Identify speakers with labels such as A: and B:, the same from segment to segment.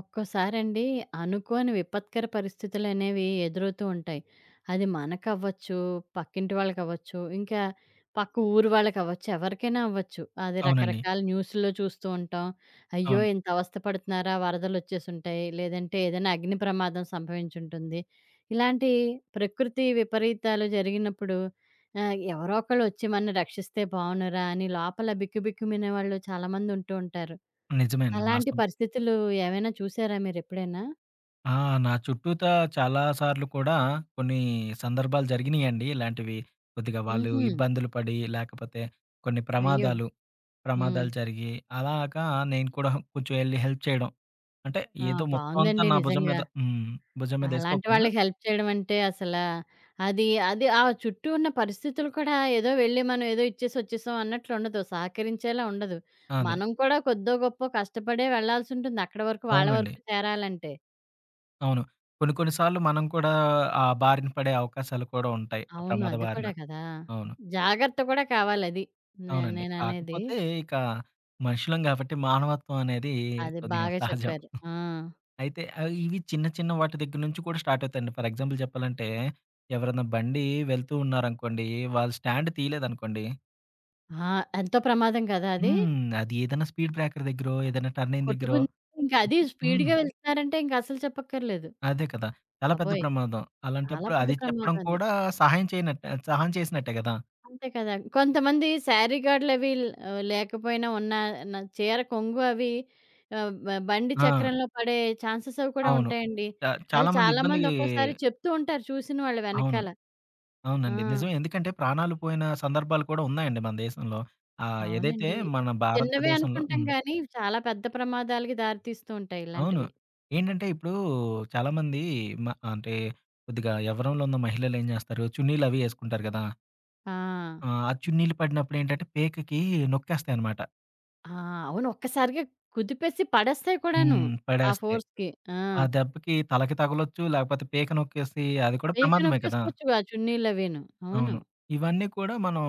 A: ఒక్కోసారండి అనుకోని విపత్కర పరిస్థితులనేవి ఎదురవుతూ ఉంటాయి. అది మనకవ్వచ్చు, పక్కింటి వాళ్ళకవ్వచ్చు, ఇంకా పక్క ఊరు వాళ్ళకవ్వచ్చు, ఎవరికైనా అవ్వచ్చు. అది
B: అవునండి.
A: రకరకాల న్యూస్‌ల్లో చూస్తూ ఉంటాం. అయ్యో!
B: అవును.
A: ఇంత అవస్థ పడుతున్నారా, వరదలొచ్చేసుంటాయి, లేదంటే ఏదైనా అగ్ని ప్రమాదం సంభవించుంటుంది. ఇలాంటి ప్రకృతి విపరీతాలు జరిగినప్పుడు ఎవరో ఒకళ్ళొచ్చి మనల్ని రక్షిస్తే బావున్నురా అని లోపల బిక్కుబిక్కుమనే వాళ్ళు చాలామందుంటూ ఉంటారు.
B: నిజమే అండి.
A: అలాంటి
B: వాస్తవం.
A: పరిస్థితులు ఏవైనా చూసారా మీరెప్పుడైనా?
B: ఆ! నా చుట్టూతా చాలా సార్లు కూడా కొన్ని సందర్భాలు జరిగినియండి ఇలాంటివి. కొద్దిగా వాళ్ళు
A: హుహు.
B: ఇబ్బందులు పడి, లేకపోతే కొన్ని
A: అయ్యో! హ్మ్.
B: ప్రమాదాలు జరిగి, అలాగా నేను కూడా కొంచెం ఎళ్లి హెల్ప్ చేయడం. అంటే
A: ఆ!
B: ఏదో మొత్తం అంతా
A: బావుందండి
B: నా భుజం
A: నిజంగా.
B: మీద భుజం మీద
A: అలాంటి
B: ఏసుకోకపోయినా
A: వాళ్ళకి హెల్ప్ చేయడం అంటే అసలా అది అది ఆ చుట్టూ ఉన్న పరిస్థితులు కూడా ఏదో వెళ్లి మనం ఏదో ఇచ్చేసి వచ్చేసాం అన్నట్లుండదు. సహకరించేలా ఉండదు.
B: అదే.
A: మనం కూడా కొద్దో గొప్పో కష్టపడే వెళ్ళాల్సుంటుంది. అక్కడి వరకు వాళ్ళ
B: అవునండి.
A: వరకు చేరాలంటే.
B: అవును. కొన్ని కొన్ని సార్లు మనం కూడా ఆ బారిన పడే అవకాశాలు కూడా ఉంటాయి. ఆ
A: అవును.
B: ప్రమాద
A: అది
B: బారిన.
A: కూడా కదా!
B: అవును.
A: జాగ్రత్త కూడా కావాలది.
B: అవునండి.
A: నేననేది.
B: కాకపోతే ఇక మనుషులం గాబట్టి మానవత్వం అనేది
A: అది
B: కొద్దిగా
A: బాగా
B: సహజం.
A: చెప్పారు. ఆ!
B: అయితే ఇవి చిన్న చిన్న వాటి దగ్గర నుంచి కూడా స్టార్ట్ అవుతాయండి. ఫర్ ఎగ్జాంపుల్ చెప్పాలంటే ఎవరైనా బండి వెళ్తూ ఉన్నారనుకోండి, వాళ్ళు స్టాండ్ తీయలేదనుకోండి.
A: ఆ! ఎంతో ప్రమాదం కదా అది?
B: హ్మ్. అది ఏదైనా స్పీడ్ బ్రేకర్ దగ్గరో, ఏదైనా టర్నింగ్ దగ్గరో.
A: కొట్టుకుని ఇంక అది
B: హ్మ్.
A: స్పీడ్‌గా వెళ్తున్నారంటే ఇంక అసలు చెప్పక్కర్లేదు.
B: అదే కదా! చాలా పెద్ద
A: బాబోయ్!
B: ప్రమాదం.
A: చాలా
B: అలాంటప్పుడు
A: పెద్ద
B: అది చెప్పడం
A: ప్రమాదం అది.
B: కూడా సహాయం చేయనట్టే సహాయం చేసినట్టే గదా!
A: అంతే కదా! కొంతమంది శారీ గార్డులవి లేకపోయినా ఉన్న చీర కొంగు అవి ఆహ్, బ బండి
B: ఆ!
A: చక్రంలో పడే ఛాన్సెస్ అవి కూడా
B: అవును.
A: ఉంటాయండి.
B: చ
A: అది
B: చాలా మంది
A: చాలామంది
B: ఇబ్బందికి.
A: ఒక్కోసారి చెప్తూ ఉంటారు చూసిన వాళ్ళు
B: అవును.
A: వెనకాల. ఆ!
B: అవునండి. నిజమే. ఎందుకంటే ప్రాణాలు పోయిన సందర్భాలు కూడా ఉన్నాయండి మన దేశంలో. ఏదైతే
A: అవునండి.
B: మన
A: చిన్నవే
B: భారతదేశంలో.
A: అనుకుంటాం
B: హ్మ్.
A: గానీ, చాలా పెద్ద ప్రమాదాలకి దారి తీస్తూ ఉంటాయి
B: అవును.
A: ఇలాంటివి.
B: ఏంటంటే ఇప్పుడు చాలామంది మ అంటే కొద్దిగా యవ్వనంలో ఉన్న మహిళలేం జేస్తారు, చున్నీలవి యేసుకుంటారు గదా!
A: ఆ!
B: ఆ! ఆ చున్నీలు పడినప్పుడేంటంటే పేకకి నొక్కేస్తాయనమాట.
A: ఆ! అవును. ఒక్కసారిగా కుదిపేసి పడేస్తాయి కూడాను.
B: హ్మ్.
A: ఆ
B: పడేస్తాయి.
A: ఫోర్స్‌కి. ఆ!
B: ఆ దెబ్బకి తలకి తగలొచ్చు, లేకపోతే పేక నొక్కేసి అది కూడా
A: పీక
B: ప్రమాదమే కదా!
A: నొక్కేసుకోవచ్చు ఆ చున్నీలవీను. అవును.
B: అవును. ఇవన్నీ కూడా మనం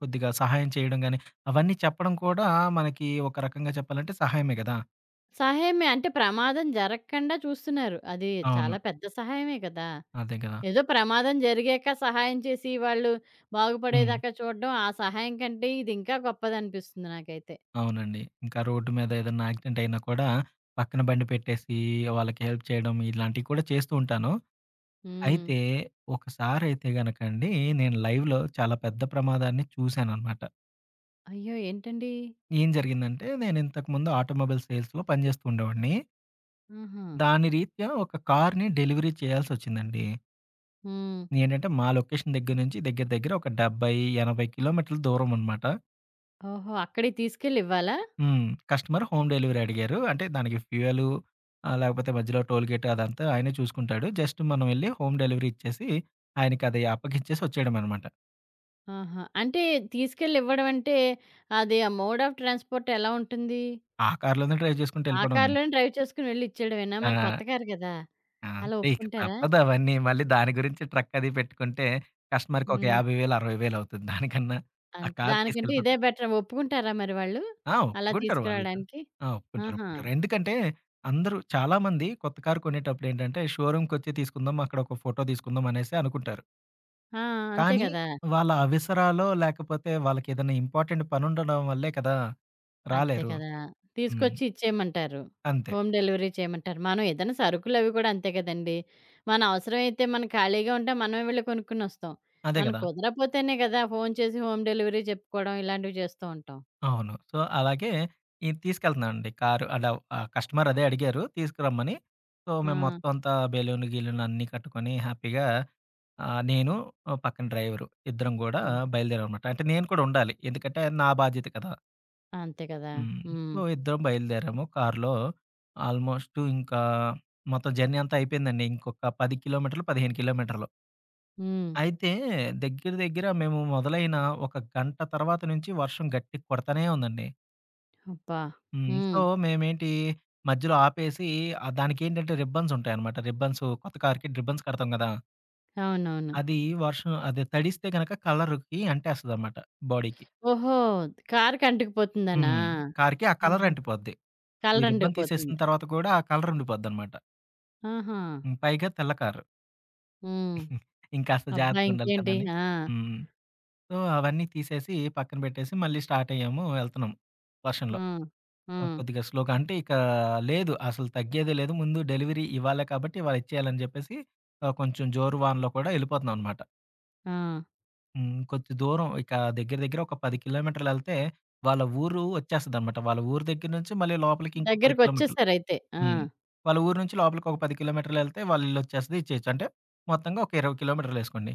B: కొద్దిగా సహాయం చేయడం గాని, అవన్నీ చెప్పడం కూడా మనకి ఒక రకంగా చెప్పాలంటే సహాయమే గదా!
A: సహాయమే. అంటే ప్రమాదం జరగకుండా చూస్తున్నారు. అది
B: అవును.
A: చాలా పెద్ద సహాయమే కదా!
B: అదే గదా!
A: ఏదో ప్రమాదం జరిగాక సహాయం చేసి వాళ్ళు
B: హ్మ్.
A: బాగుపడేదాకా చూడడం, ఆ సహాయం కంటే ఇది ఇంకా గొప్పదనిపిస్తుంది నాకైతే.
B: అవునండి. ఇంకా రోడ్డు మీద ఏదన్నా యాక్సిడెంట్ అయినా కూడా పక్కన బండి పెట్టేసి వాళ్ళకి హెల్ప్ చేయడం ఇలాంటివి కూడా చేస్తూ ఉంటాను.
A: హ్మ్.
B: అయితే ఒకసారైతే గనకండి, నేను లైవ్‌లో చాలా పెద్ద ప్రమాదాన్ని చూశాననమాట.
A: అయ్యో! ఏంటండి?
B: ఏం జరిగిందంటే నేను ఇంతకుముందు ఆటోమొబైల్ సేల్స్‌లో పనిజేస్తూ ఉండేవాడిని.
A: ఆహా!
B: దాని రీత్యా ఒక కార్‌ని డెలివరీ చేయాల్సొచ్చిందండి.
A: హ్మ్.
B: ఏంటంటే మా లొకేషన్ దగ్గర నుంచి దగ్గర దగ్గర ఒక 70, 80 కిలోమీటర్ల దూరమనమాట.
A: ఓహో! అక్కడికి తీసుకెళ్ళి ఇవ్వాలా?
B: హ్మ్. కస్టమర్ హోమ్ డెలివరీ అడిగారు. అంటే దానికి ఫ్యూయలు లేకపోతే మధ్యలో టోల్ గేట్ అదంతా ఆయనే చూసుకుంటాడు. జస్ట్ మనం ఎళ్లి హోమ్ డెలివరీ ఇచ్చేసి, ఆయనకది అప్పగిచ్చేసి వచ్చేయడమనమాట.
A: ఆహా! అంటే తీసుకెళ్ళి ఇవ్వడం అంటే, అది ఆ మోడ్ ఆఫ్ ట్రాన్స్‌పోర్ట్ ఎలా ఉంటుంది?
B: ఆ కార్‌లోనే డ్రైవ్ చేసుకుంటూ
A: ఆ
B: వెళ్ళిపోవడమే.
A: కార్‌లోనే డ్రైవ్ చేసుకొని వెళ్లి ఇచ్చేయడమేనా? మరి
B: ఆ!
A: కొత్త కారు కదా! అలా
B: అంతే ఇక
A: ఒప్పుకుంటారా?
B: తప్పదవన్నీ. మళ్ళీ దాని గురించి ట్రక్ అది పెట్టుకుంటే కస్టమర్‌కి ఒక
A: హ్మ్.
B: 50,000, 60,000 అవుతుంది. దానికన్నా ఆ కార్
A: దానికంటే ఇదే
B: తీసుకెళ్ళిపోతుంది.
A: బెటర్. ఒప్పుకుంటారా మరి వాళ్ళు?
B: ఆ!
A: అలా
B: ఒప్పుకుంటారు వాళ్ళైతే.
A: తీసుకురావడానికి?
B: ఆ! ఒప్పుకుంటారు.
A: ఆహా!
B: ఒప్పుకుంటారు. ఎందుకంటే అందరూ చాలామంది కొత్త కారు కొనేటప్పుడేంటంటే షోరూమ్‌కొచ్చి తీసుకుందాం, అక్కడ ఒక ఫోటో తీసుకుందాం అనేసి అనుకుంటారు.
A: ఆ! అంతే
B: కానీ
A: కదా!
B: వాళ్ళ అవసరాలో, లేకపోతే వాళ్ళకేదైనా ఇంపార్టెంట్ పనుండడం వల్లే కదా!
A: అంతే
B: రాలేరు.
A: కదా!
B: హ్మ్.
A: తీసుకొచ్చి ఇచ్చేయమంటారు.
B: అంతే.
A: హోమ్ డెలివరీ చేయమంటారు. మనం ఏదైనా సరుకులవి కూడా అంతే కదండీ! మన అవసరమైతే మనం ఖాళీగా ఉంటే మనమే వెళ్లి కొనుక్కొనొస్తాం.
B: అదే
A: మనం
B: గదా!
A: కుదరపోతేనే కదా! ఫోను చేసి హోమ్ డెలివరీ చెప్పుకోవడం ఇలాంటివి చేస్తూ ఉంటాం.
B: అవును. సో, అలాగే ఇది తీసుకెళ్తున్నానండి కారు. అలా కస్టమర్ అదే అడిగారు తీసుకురమ్మని. సో, మేము
A: ఆ!
B: మొత్తం అంతా బెలూన్లు, గిలూన్లు అన్నీ కట్టుకొని హ్యాపీగా నేను, ఆ, పక్కన డ్రైవరు ఇద్దరం గూడా
A: ఆ!
B: బయలుదేరామనమాట. అంటే నేను కూడా ఉండాలి. ఎందుకంటే, నా బాధ్యత కదా!
A: అంతే కదా!
B: హ్మ్.
A: హ్మ్.
B: సో, ఇద్దరం బయలుదేరాము కారులో. ఆల్మోస్ట్ ఇంకా మొత్తం జర్నీ అంతా అయిపోయిందండి. ఇంకొక 10 కిలోమీటర్లు, 15 కిలోమీటర్లు.
A: హ్మ్.
B: అయితే దగ్గర దగ్గర మేము మొదలైన ఒక గంట తర్వాత నుంచి వర్షం గట్టిగా కొడతానే ఉందండి.
A: అబ్బా!
B: హ్మ్. సో,
A: హ్మ్.
B: మేమేంటి మధ్యలో ఆపేసి, దానికేంటంటే రిబ్బన్స్ ఉంటాయన్నమాట. రిబ్బన్స్ కొత్త కార్‌కి రిబ్బన్స్ కడతాం గదా!
A: అవునవును.
B: అది వర్షం అదే తడిస్తే గనక కలర్‌కి అంటేస్తదన్నమాట బాడీకి.
A: ఓహో! కారుకి అంటుకుపోతుందనా?
B: హ్మ్. కార్‌కి ఆ కలర్
A: ఆహా!
B: అంటిపోద్ది. ఈ
A: కలర్
B: రిబ్బన్ తీసేసిన
A: అంటుకుపోతుంది.
B: తర్వాత కూడా ఆ కలర్ ఉండిపోద్దన్నమాట.
A: ఆహా!
B: హ్మ్. పైగా తెల్ల కారు.
A: హ్మ్.
B: ఇంకాస్త
A: అబ్బా!
B: జాగ్రత్తగుండాలి కదా
A: ఇంకేంటి?
B: అని.
A: ఆ!
B: హ్మ్. సో, అవన్నీ తీసేసి పక్కన పెట్టేసి మళ్ళీ స్టార్ట్ అయ్యాము. వెళ్తున్నాం
A: ఆ!
B: వర్షంలో.
A: ఆ!
B: ఆ! కొద్దిగా స్లోగా అంటే ఇక లేదు, అసలు తగ్గేదే లేదు. ముందు డెలివరీ ఇవ్వాలే కాబట్టి ఇవాళ ఇచ్చేయాలని చెప్పేసి కొంచెం జోరు వానలో కూడా వెళ్ళిపోతున్నాం అనమాట.
A: ఆ!
B: హ్మ్. కొంచెం దూరం ఇక దగ్గర దగ్గర ఒక 10 కిలోమీటర్లు ఎళ్తే వాళ్ళ ఊరు వచ్చేస్తదనమాట. వాళ్ళ ఊరు దగ్గర నుంచి మళ్ళీ లోపలికి ఇంకో 10 కిలోమీటర్లు.
A: దగ్గరికొచ్చేసారయితే. ఆ!
B: హ్మ్. వాళ్ళ ఊరు నుంచి లోపలికి ఒక 10 కిలోమీటర్లు ఎళ్తే వాళ్ళ ఇల్లు వచ్చేస్తది. ఇచ్చేయొచ్చు. అంటే మొత్తంగా ఒక 20 కిలోమీటర్లేసుకోండి.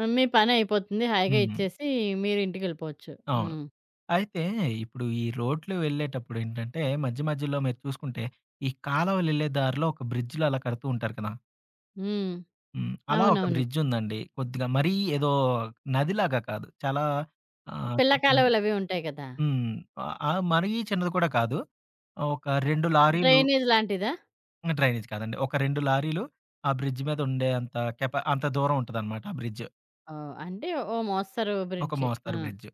A: ఆ, మీ పనయిపోతుంది. హాయిగా
B: హ్మ్.
A: ఇచ్చేసి మీరు ఇంటికెళ్ళిపోవచ్చు.
B: అవును.
A: హ్మ్.
B: అయితే ఇప్పుడు ఈ రోడ్లు వెళ్ళేటప్పుడు ఏంటంటే, మధ్య మధ్యలో మీరు చూసుకుంటే, ఈ కాలవలెళ్ళే దారిలో ఒక బ్రిడ్జ్‌లు అలా కడుతూ ఉంటారు కదా!
A: హ్మ్.
B: హ్మ్. అలా ఒక
A: అవునవును.
B: బ్రిడ్జ్ ఉందండి. కొద్దిగా మరీ ఏదో నదిలాగా కాదు. చాలా
A: పిల్ల
B: చెప్పాలంటే
A: కాలువలవి ఉంటాయి కదా!
B: హ్మ్. ఆహ్, ఆహ్, మరీ చిన్నది కూడా కాదు. ఒక 2 లారీలు
A: డ్రైనేజ్ లాంటిదా?
B: డ్రైనేజ్ కాదండి. ఒక 2 లారీలు ఆ బ్రిడ్జ్ మీద ఉండే అంత కెపా అంత దూరం ఉంటదనమాట ఆ బ్రిడ్జ్.
A: ఓహ్! అంటే ఓ మోస్తరు
B: ఒక
A: బ్రిడ్జి. ఆ!
B: మోస్తరు బ్రిడ్జ్.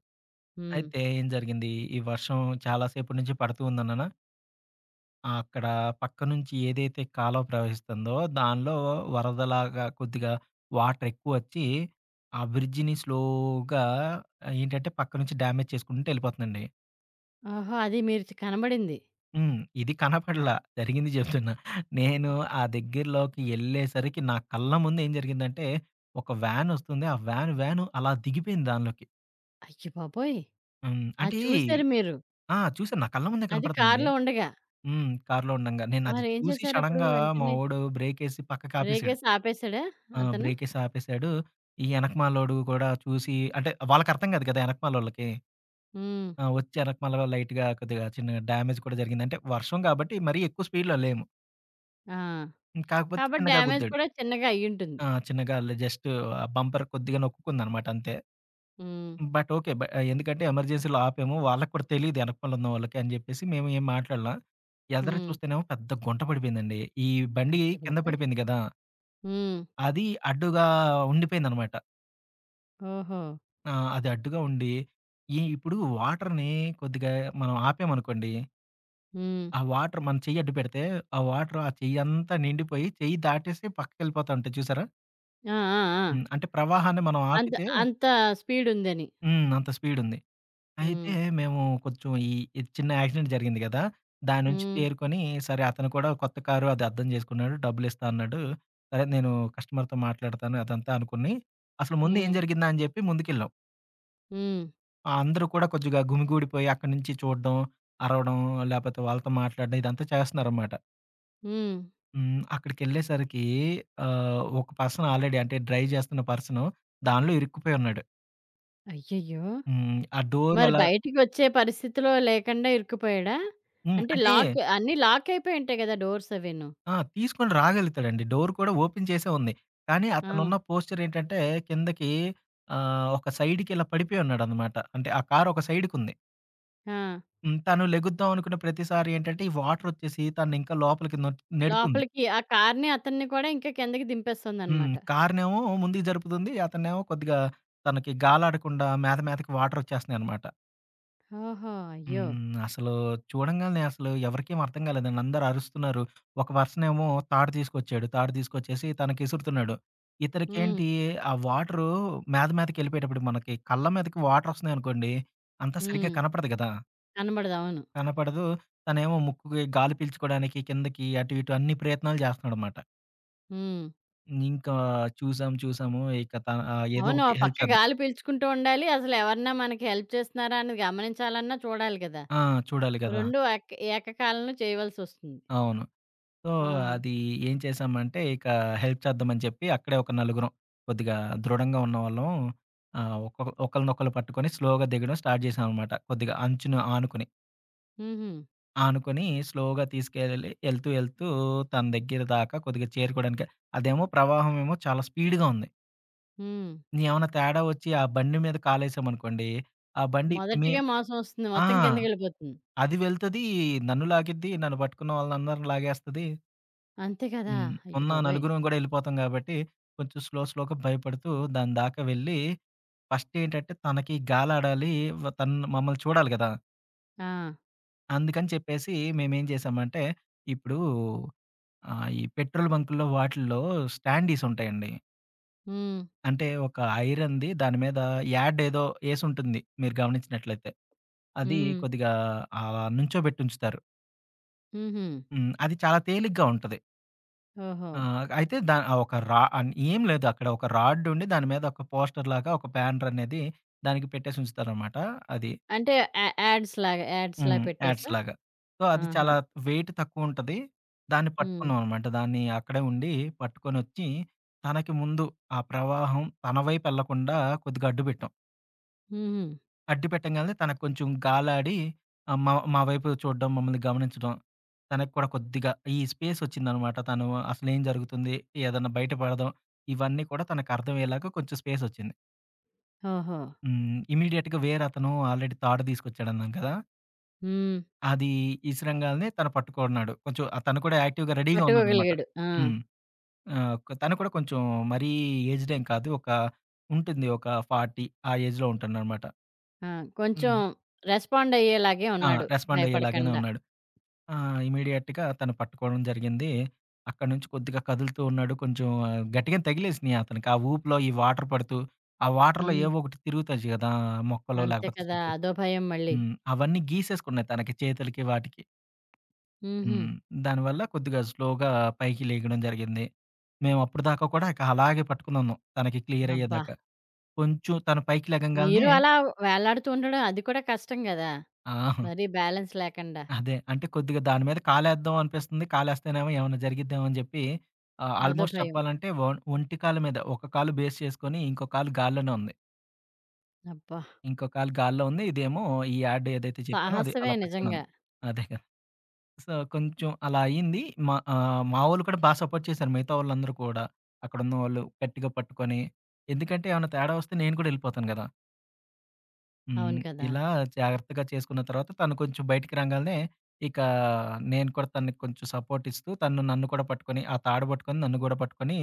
A: హ్మ్.
B: అయితే ఏం జరిగింది? ఈ వర్షం చాలా సేపటి నుంచి పడుతూ ఉందన్నానా! ఆ! అక్కడ పక్క నుంచి ఏదైతే కాలువ ప్రవహిస్తుందో, దానిలో వరదలాగా కొద్దిగా వాటర్ ఎక్కువొచ్చి, ఆ బ్రిడ్జిని స్లోగా, ఏంటంటే పక్క నుంచి డ్యామేజ్ చేసుకుంటూ ఎళ్ళిపోతుందండి.
A: ఓహో! అది మీరు కనబడింది.
B: హ్మ్. ఇది కనపడలా జరిగింది చెప్తున్నా. నేను ఆ దగ్గరలోకి ఎళ్ళేసరికి నా కళ్ళ ముందు ఏం జరిగిందంటే, ఒక వ్యానొస్తుంది. ఆ వ్యాను వ్యాను అలా దిగిపోయింది దానిలోకి.
A: అయ్యబాబోయ్!
B: హ్మ్.
A: అది
B: అంటే
A: చూసారు మీరు.
B: ఆ! చూసాను. నా కళ్ళ ముందే
A: అది
B: కనపడుతుందండి.
A: కారులో ఉండగా.
B: హ్మ్. కారులో ఉండంగా. నేనది
A: మరేం
B: చూసి
A: చేశారప్పుడు
B: సడెన్‌గా మా
A: వెంటనే?
B: వోడు బ్రేకేసి పక్కకాపేసాడు.
A: బ్రేకేసి ఆపేసాడా
B: ఆ!
A: అతను?
B: బ్రేకేసి ఆపేసాడు. ఈ ఎనకమాలోడు కూడా చూసి అంటే వాళ్ళకర్థం కాదు కదా ఎనకమాలోళ్ళకి.
A: హ్మ్.
B: ఆ! వచ్చి ఎనకమాల లైట్‌గా కొద్దిగా చిన్న డ్యామేజ్ కూడా జరిగింది. అంటే వర్షం కాబట్టి మరీ ఎక్కువ స్పీడ్‌లో లేము.
A: ఆ!
B: కాకపోతే
A: కాబట్టి
B: చిన్నగా
A: డ్యామేజ్
B: గుద్దాడు.
A: కూడా చిన్నగా అయ్యుంటుంది.
B: ఆ! చిన్నగా అలా జస్ట్ ఆ బంపర్ కొద్దిగా నొక్కుకుందనమాట అంతే.
A: హ్మ్.
B: But okay. ఎందుకంటే ఎమర్జెన్సీలో ఆపాము. వాళ్ళకి కూడా తెలీదు ఎనకమాల ఉన్న వాళ్ళకి అని చెప్పేసి మేము ఏం మాట్లాడలా. ఎదర
A: హ్మ్.
B: చూస్తేనేమో పెద్ద గుంట పడిపోయిందండి. ఈ బండి కింద
A: అయ్యబాబోయ్!
B: పడిపోయింది కదా!
A: హ్మ్.
B: అది అడ్డుగా ఉండిపోయిందనమాట.
A: ఓహో!
B: ఆ! అది అడ్డుగా ఉండి, ఈ ఇప్పుడు వాటర్‌ని కొద్దిగా మనం ఆపామనుకోండి,
A: హ్మ్.
B: ఆ వాటర్ మన చెయ్యి అడ్డు పెడితే, ఆ వాటర్ ఆ చెయ్యంతా నిండిపోయి, చెయ్యి దాటేసి పక్కకెళ్ళిపోతా ఉంటాయి చూసారా?
A: ఆ! ఆ! ఆ!
B: హ్మ్. అంటే ప్రవాహాన్ని మనం
A: అంత
B: ఆపితే
A: అంత స్పీడ్ ఉందని.
B: హ్మ్, అంత స్పీడుంది. అయితే
A: హ్మ్.
B: మేము కొంచెం ఈ ఇది చిన్న యాక్సిడెంట్ జరిగింది గదా! దాని నుంచి
A: హ్మ్.
B: తేరుకొని, సరే అతను కూడా కొత్త కారు అది అర్థం చేసుకున్నాడు. డబ్బులిస్తా అన్నాడు. సరే నేను కస్టమర్‌తో మాట్లాడతాను అదంతా అనుకుని, అసలు ముందు ఏం
A: హ్మ్.
B: జరిగిందా అని చెప్పి ముందుకెళ్ళాం.
A: హ్మ్.
B: ఆ! అందరూ కూడా కొద్దిగా గుమిగూడిపోయి అక్కడి నుంచి చూడడం, అరవడం, లేపోతే వాళ్ళతో మాట్లాడడం ఇదంతా చేస్తన్నారనమాట.
A: హ్మ్.
B: హ్మ్. అక్కడికెళ్ళేసరికి ఒక పర్సన్ ఆల్రెడీ అంటే డ్రైవ్ చేస్తున్న పర్సను దానిలో ఇరుక్కుపోయి ఉన్నాడు.
A: అయ్యయ్యో!
B: హ్మ్. ఆ డోర్
A: మరి
B: ఎలా
A: బయటికొచ్చే పరిస్థితిలో లేకుండా ఇరుక్కుపోయాడా?
B: హ్మ్.
A: అంటే
B: అంటే
A: లాక్ అన్నీ లాక్ అయిపోయి ఉంటాయి కదా! డోర్స్ అవిను.
B: ఆ! తీసుకొని రాగలుగుతాడండి. డోర్ కూడా ఓపెన్ చేసే ఉంది. కానీ
A: ఆ!
B: అతనున్న పోస్చర్ ఏంటంటే కిందకి ఒక సైడ్‌కి ఇలా పడిపోయి ఉన్నాడనమాట. అంటే ఆ కారు ఒక సైడ్‌కుంది.
A: ఆ!
B: హ్మ్. తను లెగుద్దాం అనుకున్న ప్రతిసారి ఏంటంటే ఈ వాటర్ వచ్చేసి తననింకా లోపలికి నెడుతుంది.
A: లోపలికి ఆ కార్‌ని అతన్ని కూడా ఇంకా కిందకి
B: హ్మ్.
A: దింపేస్తుందనమాట.
B: కార్‌నేమో ముందుకు జరుపుతుంది. అతన్నేమో కొద్దిగా తనకి గాలాడకుండా మీద మీదకి వాటరొచ్చేస్తున్నాయనమాట.
A: ఓహో! అయ్యో!
B: హ్మ్. అసలు చూడంగాల్నే అసలు ఎవరికేం అర్థం కాలేదండి. అందరూ అరుస్తున్నారు. ఒక పర్సనేమో తాడు తీసుకొచ్చాడు. తాడు తీసుకొచ్చేసి తనకిసురుతున్నాడు.
A: హ్మ్.
B: ఇతనికేంటి ఆ వాటరు మీద మీదకెళ్ళిపోయేటప్పుడు మనకి కళ్ళ మీదకి వాటరొస్తున్నాయనుకోండి, అంతా సరిగ్గా
A: హ్మ్.
B: కనపడదు కదా!
A: కనబడదు. అవును.
B: కనపడదు. తనేమో ముక్కుకి గాలి పీల్చుకోవడానికి కిందకి అటు ఇటు అన్ని ప్రయత్నాలు చేస్తున్నాడనమాట.
A: హ్మ్.
B: ఇంకా చూసాము ఇక ఏదో
A: అవును. ఓ
B: ఒకటి హెల్ప్
A: పక్క
B: చేద్దాం.
A: గాలి పీల్చుకుంటూ ఉండాలి. అసలు ఎవరన్నా మనకి హెల్ప్ చేస్తున్నారా అని గమనించాలన్నా చూడాలి కదా!
B: ఆ! చూడాలి గదా!
A: 2 ఏకకాలంలో చేయవలసొస్తుంది.
B: అవును. సో,
A: ఆ!
B: అది ఏం చేశామంటే, ఇక హెల్ప్ చేద్దామని చెప్పి అక్కడే ఒక నలుగురం కొద్దిగా దృఢంగా ఉన్నవాళ్ళం ఒక ఒకళ్ళనొకళ్ళు పట్టుకొని స్లోగా దిగడం స్టార్ట్ చేశామనమాట. కొద్దిగా అంచున ఆనుకొని.
A: హుహు.
B: ఆనుకొని స్లోగా తీసుకెళ్ళి ఎళ్తూ, ఎళ్తూ తన దగ్గర దాకా కొద్దిగా చేరుకోవడానికి అదేమో ప్రవాహం ఏమో చాలా స్పీడ్‌గా ఉంది.
A: హ్మ్.
B: ఏమన్నా తేడా వచ్చి ఆ బండి మీద కాలేసామనుకోండి, ఆ బండి మేం
A: మొదటిగా మోసం వస్తుంది.
B: ఆ!
A: మొత్తం కిందకెళ్ళిపోతుంది.
B: అది వెళ్తది, నన్ను లాగిద్ది, నన్ను పట్టుకున్న వాళ్ళందరిని లాగేస్తది.
A: అంతే కదా!
B: హ్మ్.
A: అయ్య
B: ఉన్న
A: బాబోయ్!
B: నలుగురం గూడా ఎళ్ళిపోతాం గాబట్టి, కొంచెం స్లోగా భయపడుతూ దాని దాకా వెళ్ళి, ఫస్టేంటంటే తనకి గాలాడాలి. తను మమ్మల్ని చూడాలి గదా!
A: ఆ!
B: అందుకని చెప్పేసి మేమేం జేశామంటే, ఇప్పుడు ఈ పెట్రోల్ బంకుల్లో వాటిల్లో స్టాండీస్ ఉంటాయండి.
A: హ్మ్.
B: అంటే ఒక ఐరన్‌ది దాని మీద యాడ్ ఏదో యేసుంటుంది మీరు గమనించినట్లయితే. అది
A: హ్మ్.
B: కొద్దిగా నుంచోబెట్టుంచుతారు.
A: హుహు.
B: హ్మ్. అది చాలా తేలిగ్గా ఉంటది.
A: ఓహో!
B: ఆ! అయితే దా ఆ ఒక రా అన్ ఏం లేదు, అక్కడ ఒక రాడ్ ఉండి దాని మీద ఒక పోస్టర్ లాగా ఒక బ్యానర్ అనేది దానికి పెట్టేసి ఉంచుతారనమాట. అది.
A: అంటే యా యాడ్స్‌లాగా యాడ్స్‌లా
B: హ్మ్. యాడ్స్
A: పెట్టేసా?
B: లాగా. సో, అది
A: ఆహా!
B: చాలా వెయిట్ తక్కువుంటది. దాన్ని
A: హ్మ్.
B: పట్టుకున్నామనమాట. దాన్ని అక్కడే ఉండి పట్టుకొనొచ్చి తనకి ముందు ఆ ప్రవాహం తన వైపు ఎళ్ళకుండా కొద్దిగా అడ్డుపెట్టాం.
A: హుహు.
B: అడ్డు పెట్టంగాల్నే తనకు కొంచెం గాలాడి, మా మా వైపు చూడడం, మమ్మల్ని గమనించడం. తనకు కూడా కొద్దిగా ఈ స్పేస్ వచ్చిందనమాట. తను అసలేం జరుగుతుంది, ఏదన్నా బయట పడదాం, ఇవన్నీ కూడా తనకర్థమయ్యేలాగా కొంచెం స్పేస్ వచ్చింది.
A: ఓహో!
B: హ్మ్. ఇమ్మీడియేట్‌గా వేరతను ఆల్రెడీ తాడు తీసుకొచ్చాడన్నాను కదా!
A: హ్మ్.
B: అది ఇసిరంగాల్నే తను పట్టుకున్నాడు. కొంచెం ఆ తను కూడా యాక్టివ్‌గా రెడీగా ఉన్నాడనమాట.
A: పట్టుకోగలిగాడు. ఆ!
B: హ్మ్. తను కూడా కొంచెం మరీ ఏజ్డ్ ఏం కాదు. ఒక ఉంటుంది ఒక 40 ఆ ఏజ్‌లో ఉంటాడనమాట.
A: ఆ! కొంచెం
B: హ్మ్.
A: రెస్పాండ్ అయ్యేలాగే
B: ఆ!
A: ఉన్నాడు
B: రెస్పాండ్ అయ్యేలాగానే
A: భయపడకండా.
B: ఉన్నాడు. ఆ! ఇమ్మీడియేట్‌గా తను పట్టుకోవడం జరిగింది. అక్కడి నుంచి కొద్దిగా కదులుతూ ఉన్నాడు. కొంచెం గట్టిగానే తగిలేసినియి అతనికి. ఆ ఊపులో ఈ వాటర్ పడుతూ, ఆ వాటర్‌లో
A: హ్మ్.
B: ఏవో ఒకటి తిరుగుతాయి గదా! మొక్కలు
A: అంతే
B: లేకపోతే
A: కదా!
B: చెట్లు.
A: అదో భయం మళ్ళీ.
B: హ్మ్. అవన్నీ గీసేసుకున్నాయి తనకి చేతులకి వాటికి.
A: హుహు.
B: హ్మ్. దానివల్ల కొద్దిగా స్లోగా పైకి లెగడం జరిగింది. మేము అప్పటిదాకా కూడా ఇక అలాగే పట్టుకునున్నాం, తనకి క్లియర్
A: అబ్బా!
B: అయ్యేదాకా. కొంచెం తను పైకి
A: మీరు
B: లెగంగాల్నే
A: అలా వేలాడుతూ ఉండడం అది కూడా కష్టం గదా!
B: ఆ!
A: మరి బ్యాలెన్స్ లేకుండా.
B: అదే. అంటే కొద్దిగా దాని మీద కాలేద్దాం అనిపిస్తుంది. కాలేస్తేనేమో ఏమన్నా జరిగిద్దేమో అని జెప్పి
A: అదో
B: ఆల్‌మోస్ట్
A: భయం.
B: చెప్పాలంటే ఒంటి కాలు మీద ఒక కాలు బేస్ చేసుకొని ఇంకో కాలు గాల్లోనే ఉంది.
A: అబ్బా!
B: ఇంకో కాలు గాల్లో ఉంది. ఇదేమో ఈ యాడ్ ఏదైతే చెప్పానో అది
A: సాహసమే
B: అలా పట్టుకునుంది.
A: నిజంగా.
B: అదే కదా! సో, కొంచెం అలా అయింది. మా మావోళ్ళు కూడా బా సపోర్ట్ చేశారు. మిగతా వాళ్ళందరూ కూడా. అక్కడున్నవాళ్ళు గట్టిగా పట్టుకొని, ఎందుకంటే ఏమన్నా తేడా వస్తే నేను కూడా ఎళ్ళిపోతాను గదా! హ్మ్.
A: అవును కదా!
B: ఇలా జాగ్రత్తగా చేసుకున్న తర్వాత తను కొంచెం బయటికి రాంగాల్నే, ఇక నేను కూడా తనకి కొంచెం సపోర్ట్ ఇస్తూ, తను నన్ను కూడా పట్టుకొని, ఆ తాడు పట్టుకొని, నన్ను గూడా పట్టుకొని,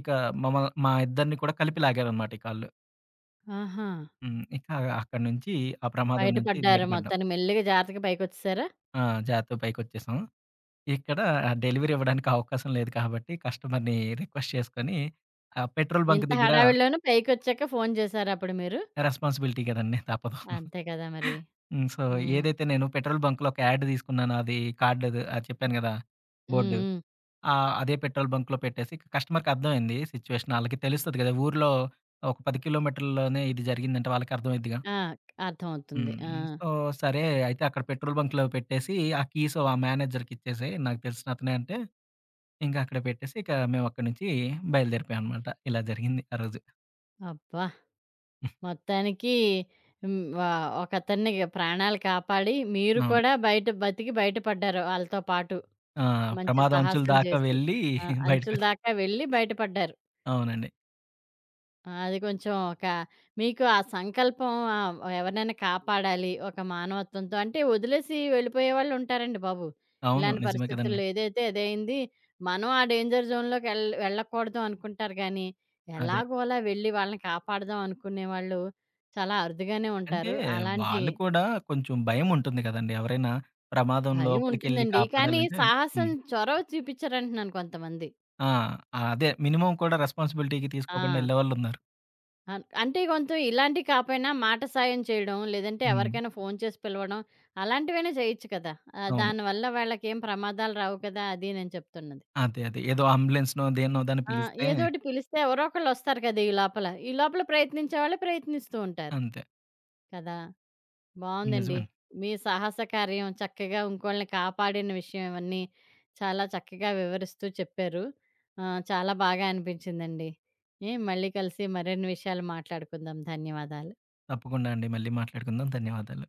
B: ఇక మా ఇద్దరిని కూడా కలిపి లాగారనమాట ఇక ఆళ్ళు.
A: ఆహా!
B: హ్మ్. ఇక అక్కడి నుంచి ఆ ప్రమాదం నుంచి
A: బయటపడ్డారు
B: బయటపడ్డాం.
A: మొత్తానికి మెల్లిగా జాగ్రత్తగా పైకొచ్చేసారా?
B: ఆ! జాగ్రత్తగా పైకొచ్చేసాం. ఇక్కడ డెలివరీ ఇవ్వడానికి అవకాశం లేదు కాబట్టి, కస్టమర్‌ని రిక్వెస్ట్ చేసుకొని, ఆ పెట్రోల్ బంక్
A: ఇంత
B: దగ్గర
A: హడావిడిలోనే పైకొచ్చాక ఫోను చేసారా అప్పుడు మీరు?
B: రెస్పాన్సిబిలిటీ గదండీ తప్పదు.
A: అంతే కదా మరి.
B: హ్మ్. సో,
A: హ్మ్.
B: ఏదైతే నేను పెట్రోల్ బంక్‌లో ఒక యాడ్ తీసుకున్నానో అది కార్డ్ అది అది చెప్పాను గదా!
A: హ్మ్.
B: బోర్డు.
A: హ్మ్.
B: అదే పెట్రోల్ బంక్‌లో పెట్టేసి కస్టమర్‌కి అర్థమైంది సిట్యుయేషన్. ఆళ్ళకి తెలుస్తది గదా! ఊర్లో ఒక 10 కిలోమీటర్లలోనే ఇది జరిగిందంటే వాళ్ళకి అర్థమైద్దిగా.
A: ఆ! అర్థమవుతుంది. ఆ!
B: హ్మ్. సో, సరే అయితే అక్కడ పెట్రోల్ బంక్‌లో పెట్టేసి ఆ కీస్ ఆ మేనేజర్‌కి ఇచ్చేసేయి, నాకు తెలిసిన అతనే, అంటే ఇంక అక్కడ పెట్టేసి ఇక మేము అక్కడి నుంచి బయలుదేరిపోయాం అనమాట. ఇలా జరిగింది ఆ రోజు.
A: అబ్బా! మొత్తానికి హ్మ్. ఒకతన్ని ప్రాణాలు కాపాడి, మీరు
B: అవును.
A: కూడా బయట బతికి బయట పడ్డారు ఆళ్ళతో పాటు.
B: ఆ!
A: మంచి
B: ప్రమాదం అంచుల
A: సాహసం
B: దాకా
A: చేసి.
B: వెళ్ళి
A: ఆ! అంచుల
B: బయటకొచ్చాం.
A: దాకా వెళ్ళి బయటపడ్డారు.
B: అవునండి.
A: ఆ! అది కొంచెం ఒక మీకు ఆ సంకల్పం ఎవరినైనా కాపాడాలి ఒక మానవత్వంతో అంటే వదిలేసి వెళ్ళిపోయేవాళ్ళు ఉంటారండి బాబు.
B: అవును.
A: ఇలాంటి
B: నిజమే కదండీ.
A: పరిస్థితుల్లో ఏదైతే అదయింది. మనం ఆ డేంజర్ జోన్‌లోకి వెళ్ళకూడదు అనుకుంటారు గానీ,
B: అదే.
A: ఎలాగోలా వెళ్ళి వాళ్ళని కాపాడదాం అనుకునేవాళ్ళు చాలా అరుదుగానే
B: అంటే
A: ఉంటారు. అలాంటి
B: వాళ్ళు కూడా కొంచెం భయముంటుంది కదండీ! ఎవరైనా ప్రమాదం
A: భయం
B: లోపలికెళ్ళి
A: ఉంటుందండి. కానీ
B: కాపాడాలంటే
A: సాహసం
B: హ్మ్.
A: చొరవ చూపించరంటున్నాను కొంతమంది.
B: ఆ! ఆ, అదే మినిమమ్ కూడా రెస్పాన్సిబిలిటీకి తీసుకోకుండా
A: ఆ!
B: ఎళ్ళేవాళ్ళున్నారు.
A: అంటే కొంత ఇలాంటివి కాపోయినా మాట సాయం చేయడం, లేదంటే
B: హ్మ్.
A: ఎవరికైనా ఫోను చేసి పిలవడం అలాంటివైనా చేయొచ్చు కదా!
B: అవును.
A: దానివల్ల వాళ్ళకేం ప్రమాదాలు రావు కదా! అది నేను చెప్తున్నది.
B: అదే. అదే. ఏదో అంబులెన్స్‌నో దేన్నో దాన్ని
A: ఆ!
B: పిలిస్తే
A: ఏదోటి పిలిస్తే ఎవరో ఒకళ్ళొస్తారు కదా! ఈ లోపల. ఈ లోపల ప్రయత్నించే వాళ్ళు ప్రయత్నిస్తూ ఉంటారు.
B: అంతే.
A: కదా! బావుందండి.
B: నిజమే.
A: మీ సాహస కార్యం చక్కగా ఇంకోళ్ళని కాపాడిన విషయం ఇవన్నీ చాలా చక్కగా వివరిస్తూ చెప్పారు. చాలా బాగా అనిపించిందండి. ఏ మళ్ళీ కలిసి మరిన్ని విషయాలు మాట్లాడుకుందాం. ధన్యవాదాలు.
B: తప్పకుండా అండి. మళ్ళీ మాట్లాడుకుందాం. ధన్యవాదాలు.